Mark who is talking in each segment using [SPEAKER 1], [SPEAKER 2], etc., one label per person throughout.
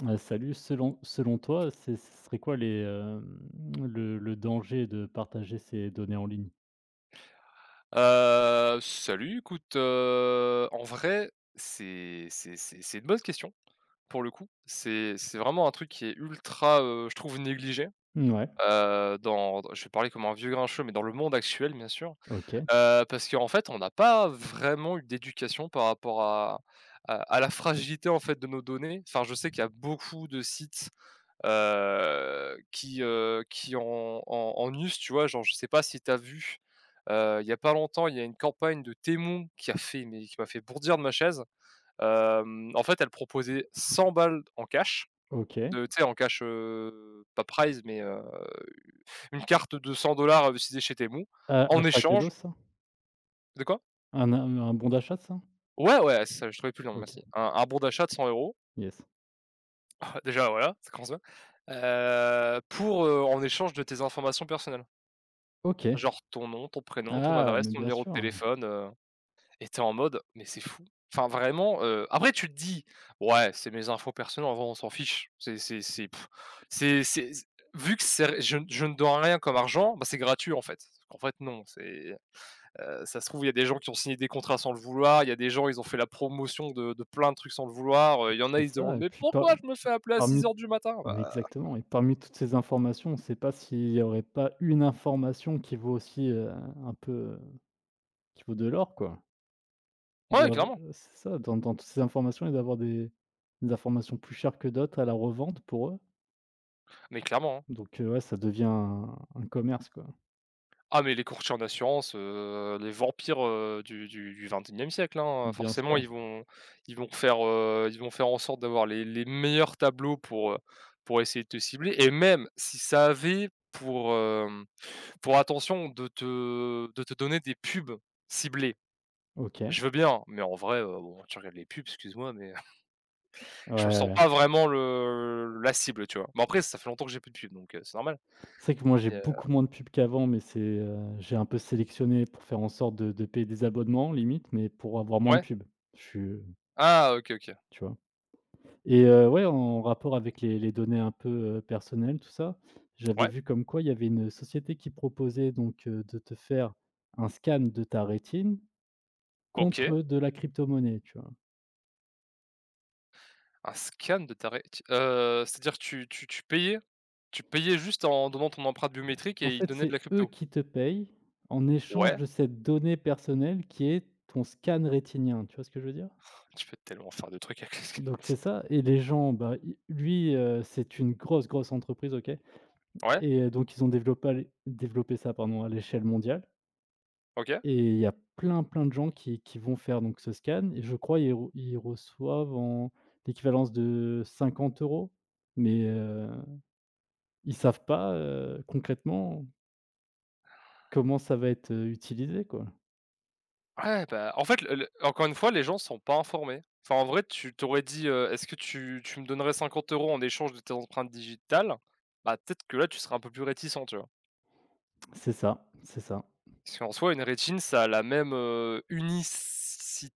[SPEAKER 1] Salut, selon toi, c'est ce serait quoi les, le danger de partager ces données en ligne?
[SPEAKER 2] Salut, écoute, en vrai, c'est une bonne question, pour le coup. C'est vraiment un truc qui est ultra, je trouve négligé,
[SPEAKER 1] Ouais.
[SPEAKER 2] dans je vais parler comme un vieux grincheux, mais dans le monde actuel, bien sûr.
[SPEAKER 1] OK,
[SPEAKER 2] Parce qu'en fait, on n'a pas vraiment eu d'éducation par rapport à la fragilité, en fait, de nos données. Enfin, je sais qu'il y a beaucoup de sites, qui en news, tu vois? Genre, je sais pas si t'as vu, il y a pas longtemps, il y a une campagne de Témoin qui a fait mais qui m'a fait bourdir de ma chaise. En fait, elle proposait 100 balles en cash,
[SPEAKER 1] OK.
[SPEAKER 2] de tu sais, en cash, pas Prize, mais une carte de 100 utilisée chez Temu en
[SPEAKER 1] Achat
[SPEAKER 2] échange
[SPEAKER 1] cadeau, ça?
[SPEAKER 2] de quoi?
[SPEAKER 1] Un bon d'achat, ça?
[SPEAKER 2] Ouais, ouais, c'est ça, je trouvais plus le nom,
[SPEAKER 1] OK,
[SPEAKER 2] merci. Un bon d'achat de 100 euros.
[SPEAKER 1] yes.
[SPEAKER 2] Déjà, voilà, ça commence bien, pour, en échange de tes informations personnelles.
[SPEAKER 1] OK.
[SPEAKER 2] Genre ton nom, ton prénom, ton
[SPEAKER 1] Ah,
[SPEAKER 2] adresse,
[SPEAKER 1] mais
[SPEAKER 2] ton
[SPEAKER 1] bien
[SPEAKER 2] numéro de
[SPEAKER 1] sûr,
[SPEAKER 2] téléphone, et tu es en mode: «Mais c'est fou». Enfin vraiment, après tu te dis: «Ouais, c'est mes infos personnelles, en vrai on s'en fiche». C'est z vu que c'est je ne dois rien comme argent, bah, c'est gratuit en fait. En fait non, c'est, ça se trouve il y a des gens qui ont signé des contrats sans le vouloir, il y a des gens ils ont fait la promotion de plein de trucs sans le vouloir, il y en a
[SPEAKER 1] c'est
[SPEAKER 2] ils se
[SPEAKER 1] ça
[SPEAKER 2] demandent:
[SPEAKER 1] et
[SPEAKER 2] «Mais
[SPEAKER 1] puis par
[SPEAKER 2] pourquoi je me fais appeler à six
[SPEAKER 1] parmi
[SPEAKER 2] heures du matin?»
[SPEAKER 1] mais
[SPEAKER 2] Bah,
[SPEAKER 1] exactement, et parmi toutes ces informations, on ne sait pas s'il n'y aurait pas une information qui vaut aussi, un peu, qui vaut de l'or, quoi.
[SPEAKER 2] ouais,
[SPEAKER 1] Doivent,
[SPEAKER 2] clairement,
[SPEAKER 1] c'est ça, dans toutes ces informations, et d'avoir des informations plus chères que d'autres à la revente pour eux.
[SPEAKER 2] mais clairement, hein.
[SPEAKER 1] Donc, ouais, ça devient un commerce, quoi.
[SPEAKER 2] Ah mais les courtiers en assurance, les vampires, du XXIe siècle, hein,
[SPEAKER 1] Bien
[SPEAKER 2] forcément
[SPEAKER 1] sûr.
[SPEAKER 2] ils vont faire, ils vont faire en sorte d'avoir les meilleurs tableaux pour essayer de te cibler et même si ça avait pour, pour attention de te donner des pubs ciblées.
[SPEAKER 1] OK. Ouais,
[SPEAKER 2] Je veux bien, mais en vrai, bon, tu regardes les pubs, excuse-moi, mais
[SPEAKER 1] ouais,
[SPEAKER 2] je me sens
[SPEAKER 1] ouais.
[SPEAKER 2] pas vraiment le la cible, tu vois? Mais après ça fait longtemps que j'ai plus de pubs, donc, c'est normal.
[SPEAKER 1] C'est vrai que moi, j'ai
[SPEAKER 2] Et
[SPEAKER 1] beaucoup moins de pubs qu'avant, mais c'est, j'ai un peu sélectionné pour faire en sorte de payer des abonnements limite, mais pour avoir moins de
[SPEAKER 2] ouais?
[SPEAKER 1] pubs. Je suis,
[SPEAKER 2] Ah, OK, OK.
[SPEAKER 1] tu vois? Et, ouais, en rapport avec les données un peu, personnelles, tout ça, j'avais
[SPEAKER 2] Ouais,
[SPEAKER 1] vu comme quoi il y avait une société qui proposait donc, de te faire un scan de ta rétine
[SPEAKER 2] OK.
[SPEAKER 1] contre de la crypto-monnaie, tu vois?
[SPEAKER 2] Un scan de ta ré tu c'est-à-dire tu payais juste en donnant ton empreinte biométrique
[SPEAKER 1] En
[SPEAKER 2] et ils
[SPEAKER 1] fait,
[SPEAKER 2] donnaient de
[SPEAKER 1] c'est
[SPEAKER 2] la
[SPEAKER 1] eux
[SPEAKER 2] crypto?
[SPEAKER 1] qui te payent en échange
[SPEAKER 2] Ouais,
[SPEAKER 1] de cette donnée personnelle qui est ton scan rétinien, tu vois ce que je veux dire?
[SPEAKER 2] tu peux tellement faire de trucs avec les scanner.
[SPEAKER 1] Donc c'est ça. Et les gens, bah, c'est une grosse, grosse entreprise, OK.
[SPEAKER 2] Ouais,
[SPEAKER 1] Et, donc ils ont développé à l'é développé ça, pardon, à l'échelle mondiale,
[SPEAKER 2] OK.
[SPEAKER 1] et il y a plein, plein de gens qui vont faire donc ce scan, et je crois ils reçoivent en l'équivalence de 50 €, mais, ils savent pas, concrètement comment ça va être, utilisé, quoi?
[SPEAKER 2] Ouais, bah, en fait, le encore une fois, les gens sont pas informés. Enfin, en vrai, tu t'aurais dit, «Est-ce que tu me donnerais 50 € en échange de tes empreintes digitales?» Bah, peut-être que là, tu serais un peu plus réticent, tu vois?
[SPEAKER 1] C'est ça, c'est ça.
[SPEAKER 2] Parce qu'en soi, une rétine, ça a la même, unici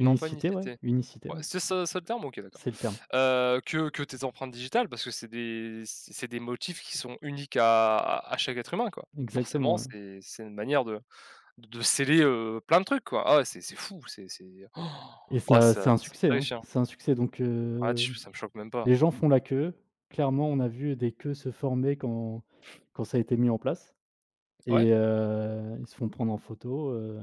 [SPEAKER 2] non, pas
[SPEAKER 1] ouais,
[SPEAKER 2] unicité.
[SPEAKER 1] Unicité, ouais,
[SPEAKER 2] C'est ça le terme? OK, d'accord.
[SPEAKER 1] c'est le terme.
[SPEAKER 2] Que tes empreintes digitales parce que c'est des motifs qui sont uniques à chaque être humain, quoi. Mmh.
[SPEAKER 1] Exactement,
[SPEAKER 2] Forcément,
[SPEAKER 1] ouais.
[SPEAKER 2] c'est une manière de sceller, plein de trucs, quoi. Ah ouais, c'est fou, c'est oh.
[SPEAKER 1] Et
[SPEAKER 2] Oh,
[SPEAKER 1] ça,
[SPEAKER 2] ça
[SPEAKER 1] c'est un
[SPEAKER 2] c'est
[SPEAKER 1] succès, hein.
[SPEAKER 2] terrifiant.
[SPEAKER 1] C'est un succès donc,
[SPEAKER 2] Ah, tu ça me choque même
[SPEAKER 1] les
[SPEAKER 2] pas.
[SPEAKER 1] gens font la queue. Clairement, on a vu des queues se former quand ça a été mis en place,
[SPEAKER 2] Ouais?
[SPEAKER 1] et, ils se font prendre en photo,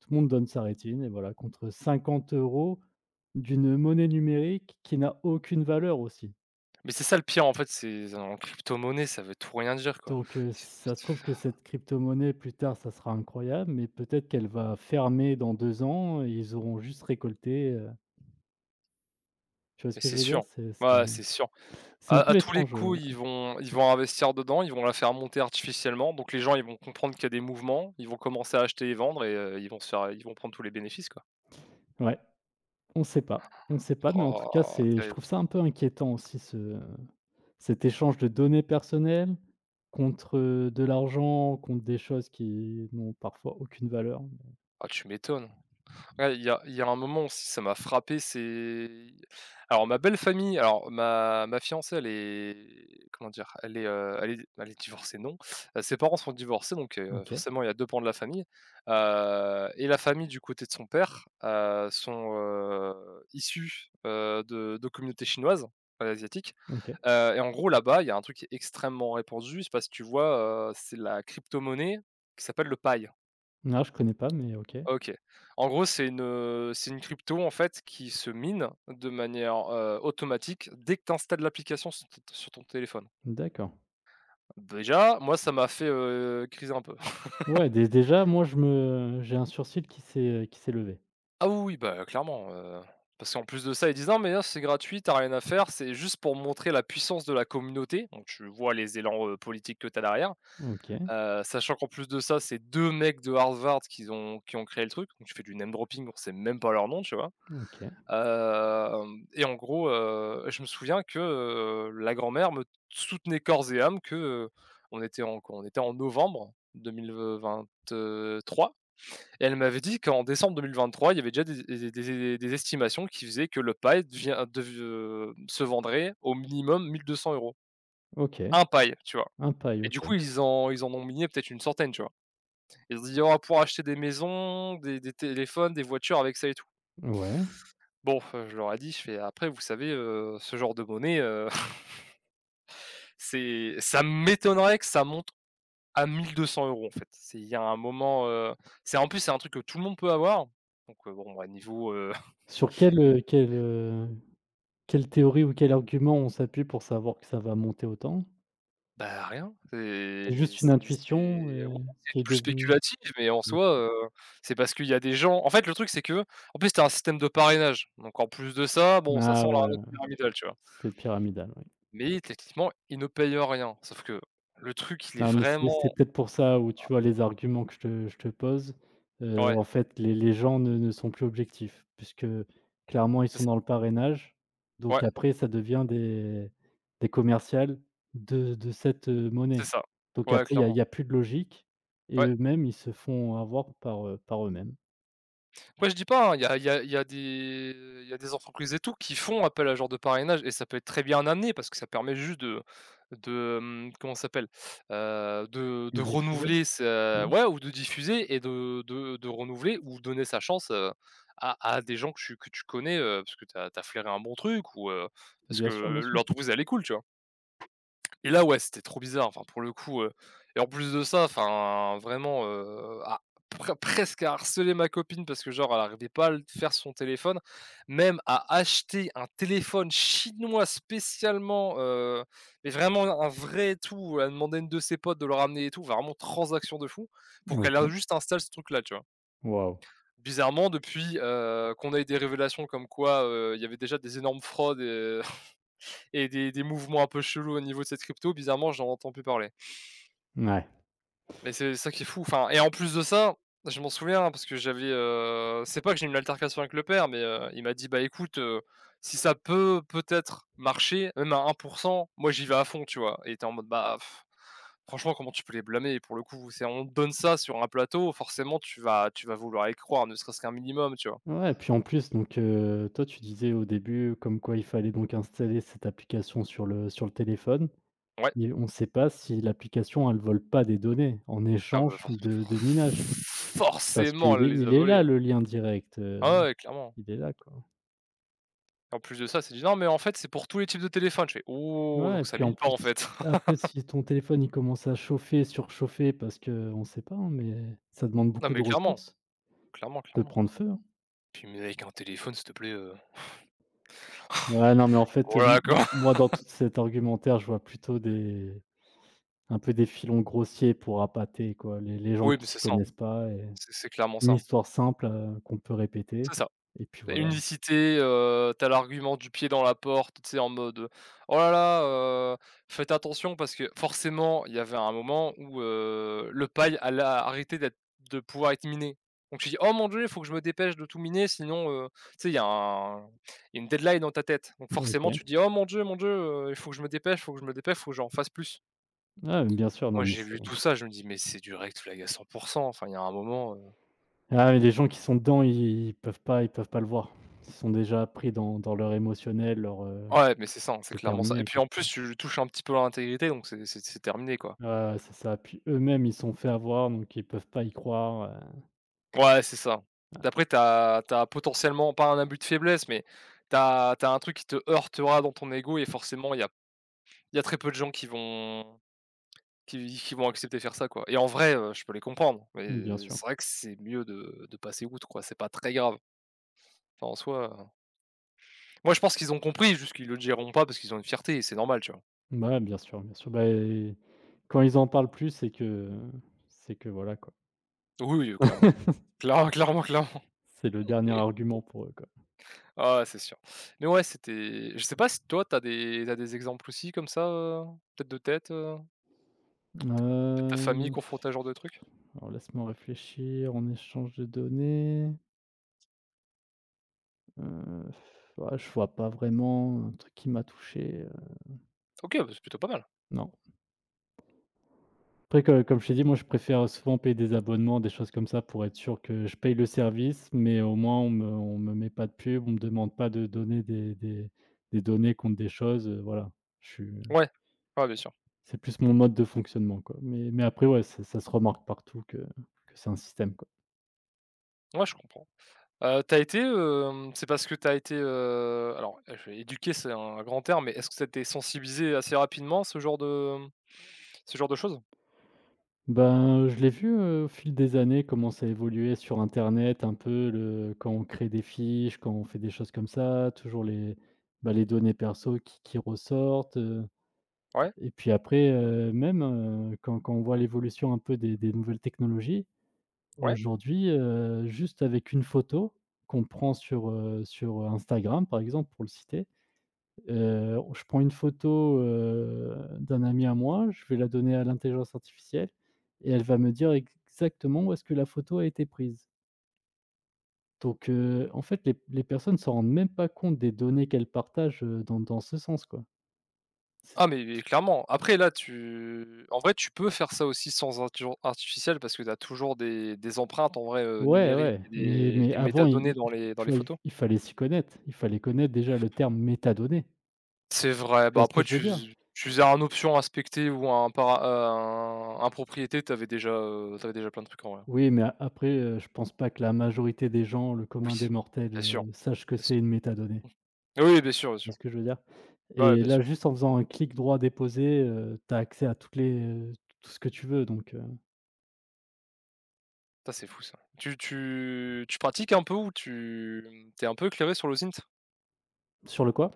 [SPEAKER 1] tout le monde donne sa rétine, et voilà, contre 50 € d'une monnaie numérique qui n'a aucune valeur aussi.
[SPEAKER 2] Mais c'est ça le pire, en fait, c'est en crypto-monnaie, ça veut tout rien dire, quoi.
[SPEAKER 1] Donc,
[SPEAKER 2] C'est
[SPEAKER 1] ça se trouve que cette crypto-monnaie plus tard, ça sera incroyable, mais peut-être qu'elle va fermer dans 2 ans, et ils auront juste récolté, tu vois ce
[SPEAKER 2] Mais
[SPEAKER 1] que
[SPEAKER 2] c'est
[SPEAKER 1] je veux dire?
[SPEAKER 2] sûr.
[SPEAKER 1] C'est c'est
[SPEAKER 2] Ouais, c'est sûr.
[SPEAKER 1] c'est
[SPEAKER 2] À
[SPEAKER 1] un
[SPEAKER 2] à
[SPEAKER 1] peu
[SPEAKER 2] tous les
[SPEAKER 1] étrange,
[SPEAKER 2] coups, ils vont investir dedans, ils vont la faire monter artificiellement, donc les gens, ils vont comprendre qu'il y a des mouvements, ils vont commencer à acheter et vendre et ils vont prendre tous les bénéfices, quoi.
[SPEAKER 1] ouais, on sait pas, on sait pas, mais en tout cas,
[SPEAKER 2] Oh,
[SPEAKER 1] c'est je
[SPEAKER 2] terrible.
[SPEAKER 1] trouve ça un peu inquiétant aussi, ce cet échange de données personnelles contre, de l'argent, contre des choses qui n'ont parfois aucune valeur.
[SPEAKER 2] Ah, tu m'étonnes. Ouais, il y a un moment aussi, ça m'a frappé, c'est alors ma fiancée, elle est comment dire? Elle est, elle est divorcée, non. Ses parents sont divorcés, donc
[SPEAKER 1] OK,
[SPEAKER 2] forcément, il y a deux pans de la famille. Et la famille du côté de son père, sont, issus, de communautés chinoises, asiatiques.
[SPEAKER 1] OK.
[SPEAKER 2] Et en gros, là-bas, il y a un truc qui est extrêmement répandu. Je sais pas si tu vois, c'est la crypto-monnaie qui s'appelle le Pi.
[SPEAKER 1] Non, je connais pas, mais OK,
[SPEAKER 2] OK. En gros, c'est une crypto, en fait, qui se mine de manière, automatique dès que tu installes l'application sur ton téléphone.
[SPEAKER 1] d'accord.
[SPEAKER 2] Déjà, moi, ça m'a fait, criser un peu.
[SPEAKER 1] Ouais, dé déjà, moi, je me j'ai un sourcil qui s'est levé.
[SPEAKER 2] Ah oui, oui, bah, clairement, parce qu'en plus de ça, ils disent: «Non, mais là, c'est gratuit, t'as rien à faire, c'est juste pour montrer la puissance de la communauté», donc tu vois les élans, politiques que t'as derrière,
[SPEAKER 1] OK,
[SPEAKER 2] sachant qu'en plus de ça, c'est deux mecs de Harvard qui ont créé le truc, donc tu fais du name dropping, on sait même pas leur nom, tu vois?
[SPEAKER 1] OK,
[SPEAKER 2] Hem Et en gros, je me souviens que, la grand-mère me soutenait corps et âme que, on était en quoi? On était en novembre 2023 et elle m'avait dit qu'en décembre 2023, il y avait déjà des estimations qui faisaient que le paille devient dev se vendrait au minimum 1 200 €.
[SPEAKER 1] OK.
[SPEAKER 2] Un paille, tu vois?
[SPEAKER 1] Un paille,
[SPEAKER 2] Et du
[SPEAKER 1] OK.
[SPEAKER 2] coup, ils en ont minié peut-être une centaine, tu vois? Ils ont dit: «On va pouvoir acheter des maisons, des téléphones, des voitures avec ça et tout».
[SPEAKER 1] Ouais.
[SPEAKER 2] Bon, je leur ai dit, je fais: «Après, vous savez, ce genre de monnaie, c'est ça m'étonnerait que ça monte à 1 200 €, en fait». C'est il y a un moment, c'est en plus, c'est un truc que tout le monde peut avoir, donc bon, bah, niveau,
[SPEAKER 1] Sur quelle,
[SPEAKER 2] ni
[SPEAKER 1] heu, quelle, heu, quelle théorie ou quel argument on s'appuie pour savoir que ça va monter autant?
[SPEAKER 2] bah, rien,
[SPEAKER 1] C'est juste une intuition,
[SPEAKER 2] c'est
[SPEAKER 1] et
[SPEAKER 2] ouais,
[SPEAKER 1] qui est
[SPEAKER 2] c'est une
[SPEAKER 1] devenue?
[SPEAKER 2] bulle mais en
[SPEAKER 1] Mmh.
[SPEAKER 2] soi, c'est parce qu'il y a des gens en fait, le truc, c'est que en plus, tu un système de parrainage, donc en plus de ça, bon, ça sent
[SPEAKER 1] Ah ouais,
[SPEAKER 2] l'arnaque pyramidale, tu vois?
[SPEAKER 1] c'est pyramidal, ouais.
[SPEAKER 2] Mais techniquement, ils ne payent rien, sauf que le truc, il est
[SPEAKER 1] Non, mais c'est
[SPEAKER 2] vraiment.
[SPEAKER 1] c'est peut-être pour ça où tu vois, les arguments que je te pose,
[SPEAKER 2] Ouais,
[SPEAKER 1] en fait, les gens ne sont plus objectifs puisque clairement, ils
[SPEAKER 2] c'est
[SPEAKER 1] sont
[SPEAKER 2] ça.
[SPEAKER 1] dans le parrainage.
[SPEAKER 2] Ouais,
[SPEAKER 1] Donc après, ça devient des commerciales de cette,
[SPEAKER 2] c'est
[SPEAKER 1] monnaie.
[SPEAKER 2] ça.
[SPEAKER 1] Donc
[SPEAKER 2] Ouais,
[SPEAKER 1] après, il
[SPEAKER 2] clairement.
[SPEAKER 1] y a plus de logique, et
[SPEAKER 2] Ouais.
[SPEAKER 1] eux-mêmes, ils se font avoir par, par eux-mêmes.
[SPEAKER 2] Après je dis pas, hein, il y a il y a il y a des il y a des entreprises et tout qui font appel à ce genre de parrainage et ça peut être très bien amené parce que ça permet juste comment ça s'appelle? De
[SPEAKER 1] Diffuser?
[SPEAKER 2] renouveler sa
[SPEAKER 1] Non?
[SPEAKER 2] ouais Ou de diffuser et de renouveler ou donner sa chance, à des gens que tu connais, parce que tu as flairé un bon truc ou, parce que
[SPEAKER 1] Bien sûr, bien sûr.
[SPEAKER 2] l'entreprise elle est cool, tu vois? Et là, ouais, c'était trop bizarre, enfin, pour le coup, et en plus de ça, enfin, vraiment, à presque à harceler ma copine parce que genre elle arrivait pas à le faire sur son téléphone, même à acheter un téléphone chinois spécialement, mais vraiment un vrai et tout, elle a demandé à une de ses potes de le ramener et tout, enfin, vraiment transaction de fou pour qu'elle
[SPEAKER 1] OK.
[SPEAKER 2] a juste installe ce truc-là, tu vois?
[SPEAKER 1] Waouh!
[SPEAKER 2] Bizarrement depuis, qu'on a eu des révélations comme quoi, il y avait déjà des énormes fraudes et et des mouvements un peu chelous au niveau de cette crypto, bizarrement, j'en entends plus parler.
[SPEAKER 1] Ouais.
[SPEAKER 2] Mais c'est ça qui est fou, enfin et en plus de ça, je m'en souviens hein, parce que j'avais, c'est pas que j'ai eu une altercation avec le père, mais, il m'a dit: «Bah écoute, si ça peut peut-être marcher, même à 1 moi j'y vais à fond», tu vois? Et tu en mode: «Bah, Pff, franchement comment tu peux les blâmer?» Pour le coup, c'est on te donne ça sur un plateau, forcément tu vas vouloir y croire, ne serait-ce qu'un minimum, tu vois?
[SPEAKER 1] Ouais, et puis en plus donc, toi tu disais au début comme quoi il fallait donc installer cette application sur le téléphone,
[SPEAKER 2] Ouais,
[SPEAKER 1] mais on ne sait pas si l'application elle ne vole pas des données en
[SPEAKER 2] ah bah
[SPEAKER 1] échange de minage. Parce
[SPEAKER 2] forcément
[SPEAKER 1] qu'il
[SPEAKER 2] elle
[SPEAKER 1] est
[SPEAKER 2] les a
[SPEAKER 1] il est
[SPEAKER 2] volés,
[SPEAKER 1] là
[SPEAKER 2] hein.
[SPEAKER 1] le lien direct,
[SPEAKER 2] Ah ouais, clairement.
[SPEAKER 1] il est là quoi.
[SPEAKER 2] En plus de ça, c'est dit: «Non mais en fait c'est pour tous les types de téléphones». Je fais: «Oh
[SPEAKER 1] Ouais et
[SPEAKER 2] donc ça
[SPEAKER 1] puis en
[SPEAKER 2] mine pas
[SPEAKER 1] plus,
[SPEAKER 2] en fait».
[SPEAKER 1] après si ton téléphone il commence à chauffer, surchauffer, parce que qu'on sait pas hein, mais ça demande
[SPEAKER 2] Non
[SPEAKER 1] beaucoup de
[SPEAKER 2] mais clairement,
[SPEAKER 1] ressources,
[SPEAKER 2] clairement,
[SPEAKER 1] peut
[SPEAKER 2] clairement.
[SPEAKER 1] prendre feu, hein.
[SPEAKER 2] Puis mais avec un téléphone, s'il te plaît,
[SPEAKER 1] Ouais non mais en fait,
[SPEAKER 2] voilà
[SPEAKER 1] m
[SPEAKER 2] quoi.
[SPEAKER 1] m moi dans tout cet argumentaire, je vois plutôt des un peu des filons grossiers pour appâter quoi, les gens
[SPEAKER 2] Oui,
[SPEAKER 1] qui
[SPEAKER 2] mais
[SPEAKER 1] s'y
[SPEAKER 2] c'est ça, hein.
[SPEAKER 1] connaissent pas, et
[SPEAKER 2] C'est clairement ça,
[SPEAKER 1] une
[SPEAKER 2] hein.
[SPEAKER 1] histoire simple, qu'on peut répéter,
[SPEAKER 2] C'est ça.
[SPEAKER 1] et puis
[SPEAKER 2] Tu
[SPEAKER 1] voilà.
[SPEAKER 2] unicité, tu l'argument du pied dans la porte, tu sais, en mode, «Oh là là, faites attention» parce que forcément, il y avait un moment où, le paille allait arrêté d'être de pouvoir être miné. Donc tu dis: «Oh mon Dieu, il faut que je me dépêche de tout miner sinon,» tu sais, il y a une deadline dans ta tête. Donc forcément,
[SPEAKER 1] OK.
[SPEAKER 2] tu dis: «Oh mon Dieu, il faut que je me dépêche, il faut que je me dépêche, il faut que j'en fasse plus».
[SPEAKER 1] Ah, mais bien sûr,
[SPEAKER 2] Moi,
[SPEAKER 1] non mais
[SPEAKER 2] j'ai
[SPEAKER 1] c'est
[SPEAKER 2] vu tout ça, je me dis: «Mais c'est du red flag à 100%». Enfin, il y a un moment,
[SPEAKER 1] ah mais les gens qui sont dedans, ils peuvent pas le voir. Ils sont déjà pris dans leur émotionnel,
[SPEAKER 2] ouais, mais c'est ça, hein, c'est
[SPEAKER 1] c'est
[SPEAKER 2] clairement ça et
[SPEAKER 1] terminé
[SPEAKER 2] puis
[SPEAKER 1] quoi.
[SPEAKER 2] en plus, tu lui touches un petit peu à leur intégrité donc c'est c'est terminé, quoi.
[SPEAKER 1] Ouais, ouais, c'est ça, puis eux-mêmes, ils se sont fait avoir donc ils peuvent pas y croire,
[SPEAKER 2] Ouais, c'est ça. Après, t'as as potentiellement pas un abus de faiblesse, mais t'as as un truc qui te heurtera dans ton ego et forcément, il y a très peu de gens qui vont accepter de faire ça, quoi et en vrai, je peux les comprendre,
[SPEAKER 1] bien
[SPEAKER 2] mais
[SPEAKER 1] sûr.
[SPEAKER 2] c'est vrai que c'est mieux de passer outre, quoi. C'est pas très grave. Enfin, en soi, moi, je pense qu'ils ont compris, juste qu'ils le diront pas parce qu'ils ont une fierté et c'est normal, tu vois?
[SPEAKER 1] Bah ouais, bien sûr, bah, et quand ils en parlent plus, c'est que voilà quoi.
[SPEAKER 2] Oui, oui, clairement. Cla clairement, clairement.
[SPEAKER 1] C'est le dernier argument pour eux quoi.
[SPEAKER 2] Ah, c'est sûr. Mais ouais, c'était je sais pas si toi, t'as des exemples aussi comme ça, peut-être de tête, peut-être ta famille
[SPEAKER 1] Heu,
[SPEAKER 2] confrontée à ce genre de truc?
[SPEAKER 1] alors laisse-moi réfléchir, en échange de données, heu, ouais, je vois pas vraiment un truc qui m'a touché,
[SPEAKER 2] OK, bah, c'est plutôt pas mal.
[SPEAKER 1] non. Après, que comme je t'ai dit, moi je préfère souvent payer des abonnements, des choses comme ça pour être sûr que je paye le service, mais au moins on me met pas de pub, on me demande pas de donner des données contre des choses, voilà. Je suis
[SPEAKER 2] Ouais, ouais, bien sûr.
[SPEAKER 1] C'est plus mon mode de fonctionnement, quoi, mais après ouais, ça se remarque partout que c'est un système.
[SPEAKER 2] Ouais, je comprends. Tu été, c'est parce que t'as été, je éduqué, c'est un grand terme, mais est-ce que tu été sensibilisé assez rapidement à ce genre de, mmh, ce genre de choses?
[SPEAKER 1] Ben, je l'ai vu, au fil des années comment ça évoluait sur internet, un peu le quand on crée des fiches, quand on fait des choses comme ça, toujours bah, les données perso qui ressortent,
[SPEAKER 2] Ouais,
[SPEAKER 1] et puis après, même, quand on voit l'évolution un peu des nouvelles technologies,
[SPEAKER 2] ouais.
[SPEAKER 1] aujourd'hui, juste avec une photo qu'on prend sur, Instagram, par exemple, pour le citer. Je prends une photo, d'un ami à moi, je vais la donner à l'intelligence artificielle, et elle va me dire ex exactement où est-ce que la photo a été prise. Donc, en fait, les personnes ne se rendent même pas compte des données qu'elles partagent, dans ce sens, quoi. C'est
[SPEAKER 2] Ah mais clairement. Après là, tu en vrai, tu peux faire ça aussi sans intelligence artificielle parce que tu as toujours des empreintes en vrai,
[SPEAKER 1] ouais,
[SPEAKER 2] numériques
[SPEAKER 1] ouais,
[SPEAKER 2] et
[SPEAKER 1] mais
[SPEAKER 2] des des
[SPEAKER 1] avant, il
[SPEAKER 2] métadonnées
[SPEAKER 1] il
[SPEAKER 2] dans les dans
[SPEAKER 1] tu
[SPEAKER 2] les
[SPEAKER 1] vois, il
[SPEAKER 2] photos.
[SPEAKER 1] il fallait s'y connaître. Il fallait connaître déjà le terme métadonnées.
[SPEAKER 2] C'est vrai,
[SPEAKER 1] Tu
[SPEAKER 2] bah,
[SPEAKER 1] vois ce que
[SPEAKER 2] après
[SPEAKER 1] je veux dire?
[SPEAKER 2] tu faisais un option inspecter ou un para un un propriété, t'avais déjà, tu déjà plein de trucs en vrai.
[SPEAKER 1] Oui, mais a après, je pense pas que la majorité des gens, le
[SPEAKER 2] Oui,
[SPEAKER 1] commun des mortels,
[SPEAKER 2] bien sûr,
[SPEAKER 1] sache que
[SPEAKER 2] bien sûr.
[SPEAKER 1] c'est une métadonnée.
[SPEAKER 2] Mmh. Oui, bien sûr, bien
[SPEAKER 1] Tu vois
[SPEAKER 2] sûr.
[SPEAKER 1] ce que je veux dire?
[SPEAKER 2] Bah, ouais,
[SPEAKER 1] Et
[SPEAKER 2] bien
[SPEAKER 1] là,
[SPEAKER 2] sûr.
[SPEAKER 1] juste en faisant un clic droit déposé, tu as accès à tout ce que tu veux donc.
[SPEAKER 2] Ça, c'est fou ça. Tu pratiques un peu ou tu t'es un peu éclairé sur l'OSINT?
[SPEAKER 1] Sur le quoi?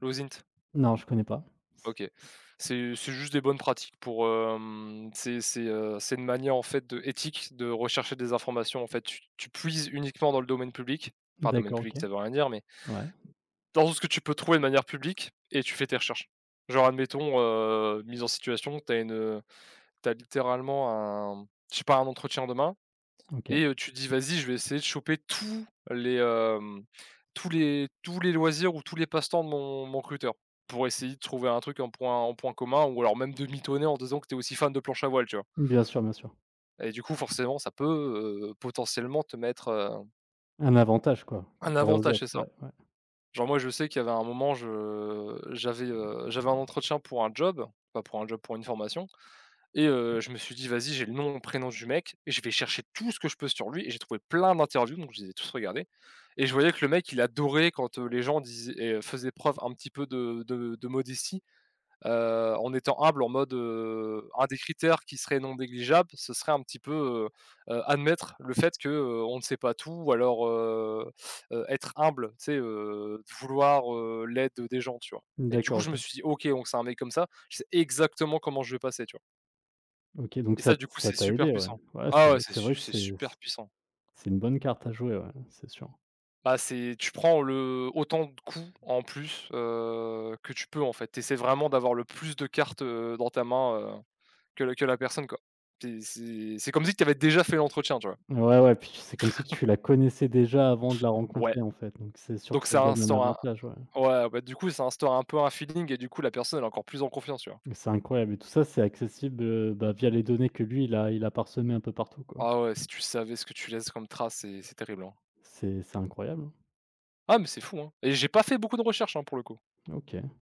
[SPEAKER 2] L'OSINT?
[SPEAKER 1] Non, je connais pas. C
[SPEAKER 2] OK.
[SPEAKER 1] c
[SPEAKER 2] C'est juste des bonnes pratiques pour, c'est une manière, en fait, de éthique de rechercher des informations, en fait. Tu puises uniquement dans le domaine public, enfin, domaine
[SPEAKER 1] D'accord,
[SPEAKER 2] public,
[SPEAKER 1] OK.
[SPEAKER 2] ça veut rien dire, mais
[SPEAKER 1] Ouais,
[SPEAKER 2] dans tout ce que tu peux trouver de manière publique et tu fais tes recherches. Genre, admettons, mise en situation, t'as littéralement un je sais pas, un entretien demain,
[SPEAKER 1] OK.
[SPEAKER 2] et tu te dis: «Vas-y, je vais essayer de choper tous les, hem, tous les loisirs ou tous les passe-temps de mon recruteur». Pour essayer de trouver un truc en point commun ou alors même de mitonner en disant que tu es aussi fan de planche à voile, tu vois?
[SPEAKER 1] Bien sûr, bien sûr.
[SPEAKER 2] Et du coup, forcément, ça peut, potentiellement te mettre,
[SPEAKER 1] Un avantage quoi,
[SPEAKER 2] un
[SPEAKER 1] comparé aux
[SPEAKER 2] avantage, c'est
[SPEAKER 1] autres,
[SPEAKER 2] ça.
[SPEAKER 1] ouais, ouais.
[SPEAKER 2] Genre moi, je sais qu'il y avait un moment, je j'avais, j'avais un entretien pour un job, pas pour un job, pour une formation. Et je me suis dit: «Vas-y, j'ai le nom, prénom du mec, et je vais chercher tout ce que je peux sur lui» et j'ai trouvé plein d'interviews, donc je les ai tous regardées et je voyais que le mec, il adorait quand, les gens disaient et faisaient preuve un petit peu de modestie, en étant humble, en mode, un des critères qui serait non négligeable, ce serait un petit peu, admettre le fait que, on ne sait pas tout ou alors, être humble, tu sais, vouloir, l'aide des gens, tu vois? Et du coup,
[SPEAKER 1] D'accord,
[SPEAKER 2] je me
[SPEAKER 1] OK.
[SPEAKER 2] suis dit: «OK, donc c'est un mec comme ça, je sais exactement comment je vais passer», tu vois?
[SPEAKER 1] OK, donc
[SPEAKER 2] Et
[SPEAKER 1] ça
[SPEAKER 2] ça, du coup,
[SPEAKER 1] ça
[SPEAKER 2] c'est
[SPEAKER 1] t'a
[SPEAKER 2] super
[SPEAKER 1] aidé, ouais.
[SPEAKER 2] puissant.
[SPEAKER 1] Ouais, c'est
[SPEAKER 2] Ah ouais,
[SPEAKER 1] vrai, c'est vrai que
[SPEAKER 2] c'est
[SPEAKER 1] c'est
[SPEAKER 2] super puissant.
[SPEAKER 1] c'est une bonne carte à jouer, ouais, c'est sûr.
[SPEAKER 2] Bah, c'est tu prends le autant de coups en plus, que tu peux, en fait. T'essaies vraiment d'avoir le plus de cartes, dans ta main, que la personne, quoi. C'est c'est comme si tu avais déjà fait l'entretien, tu vois?
[SPEAKER 1] Ouais, ouais, puis c'est comme si tu la connaissais déjà avant de la
[SPEAKER 2] Ouais,
[SPEAKER 1] rencontrer en fait, donc c'est sûr que
[SPEAKER 2] donc
[SPEAKER 1] ça te
[SPEAKER 2] ça
[SPEAKER 1] donne un
[SPEAKER 2] instaure un
[SPEAKER 1] avantage, ouais.
[SPEAKER 2] ouais, bah, du coup, ça instaure un peu un feeling et du coup, la personne, elle est encore plus en confiance, tu vois?
[SPEAKER 1] C'est incroyable, et tout ça, c'est accessible, bah, via les données que lui, il a parsemées un peu partout, quoi.
[SPEAKER 2] Ah ouais, si tu savais ce que tu laisses comme trace, c'est terrible, hein.
[SPEAKER 1] C'est incroyable, hein.
[SPEAKER 2] Ah mais c'est fou, hein et j'ai pas fait beaucoup de recherches, hein, pour le coup.
[SPEAKER 1] OK.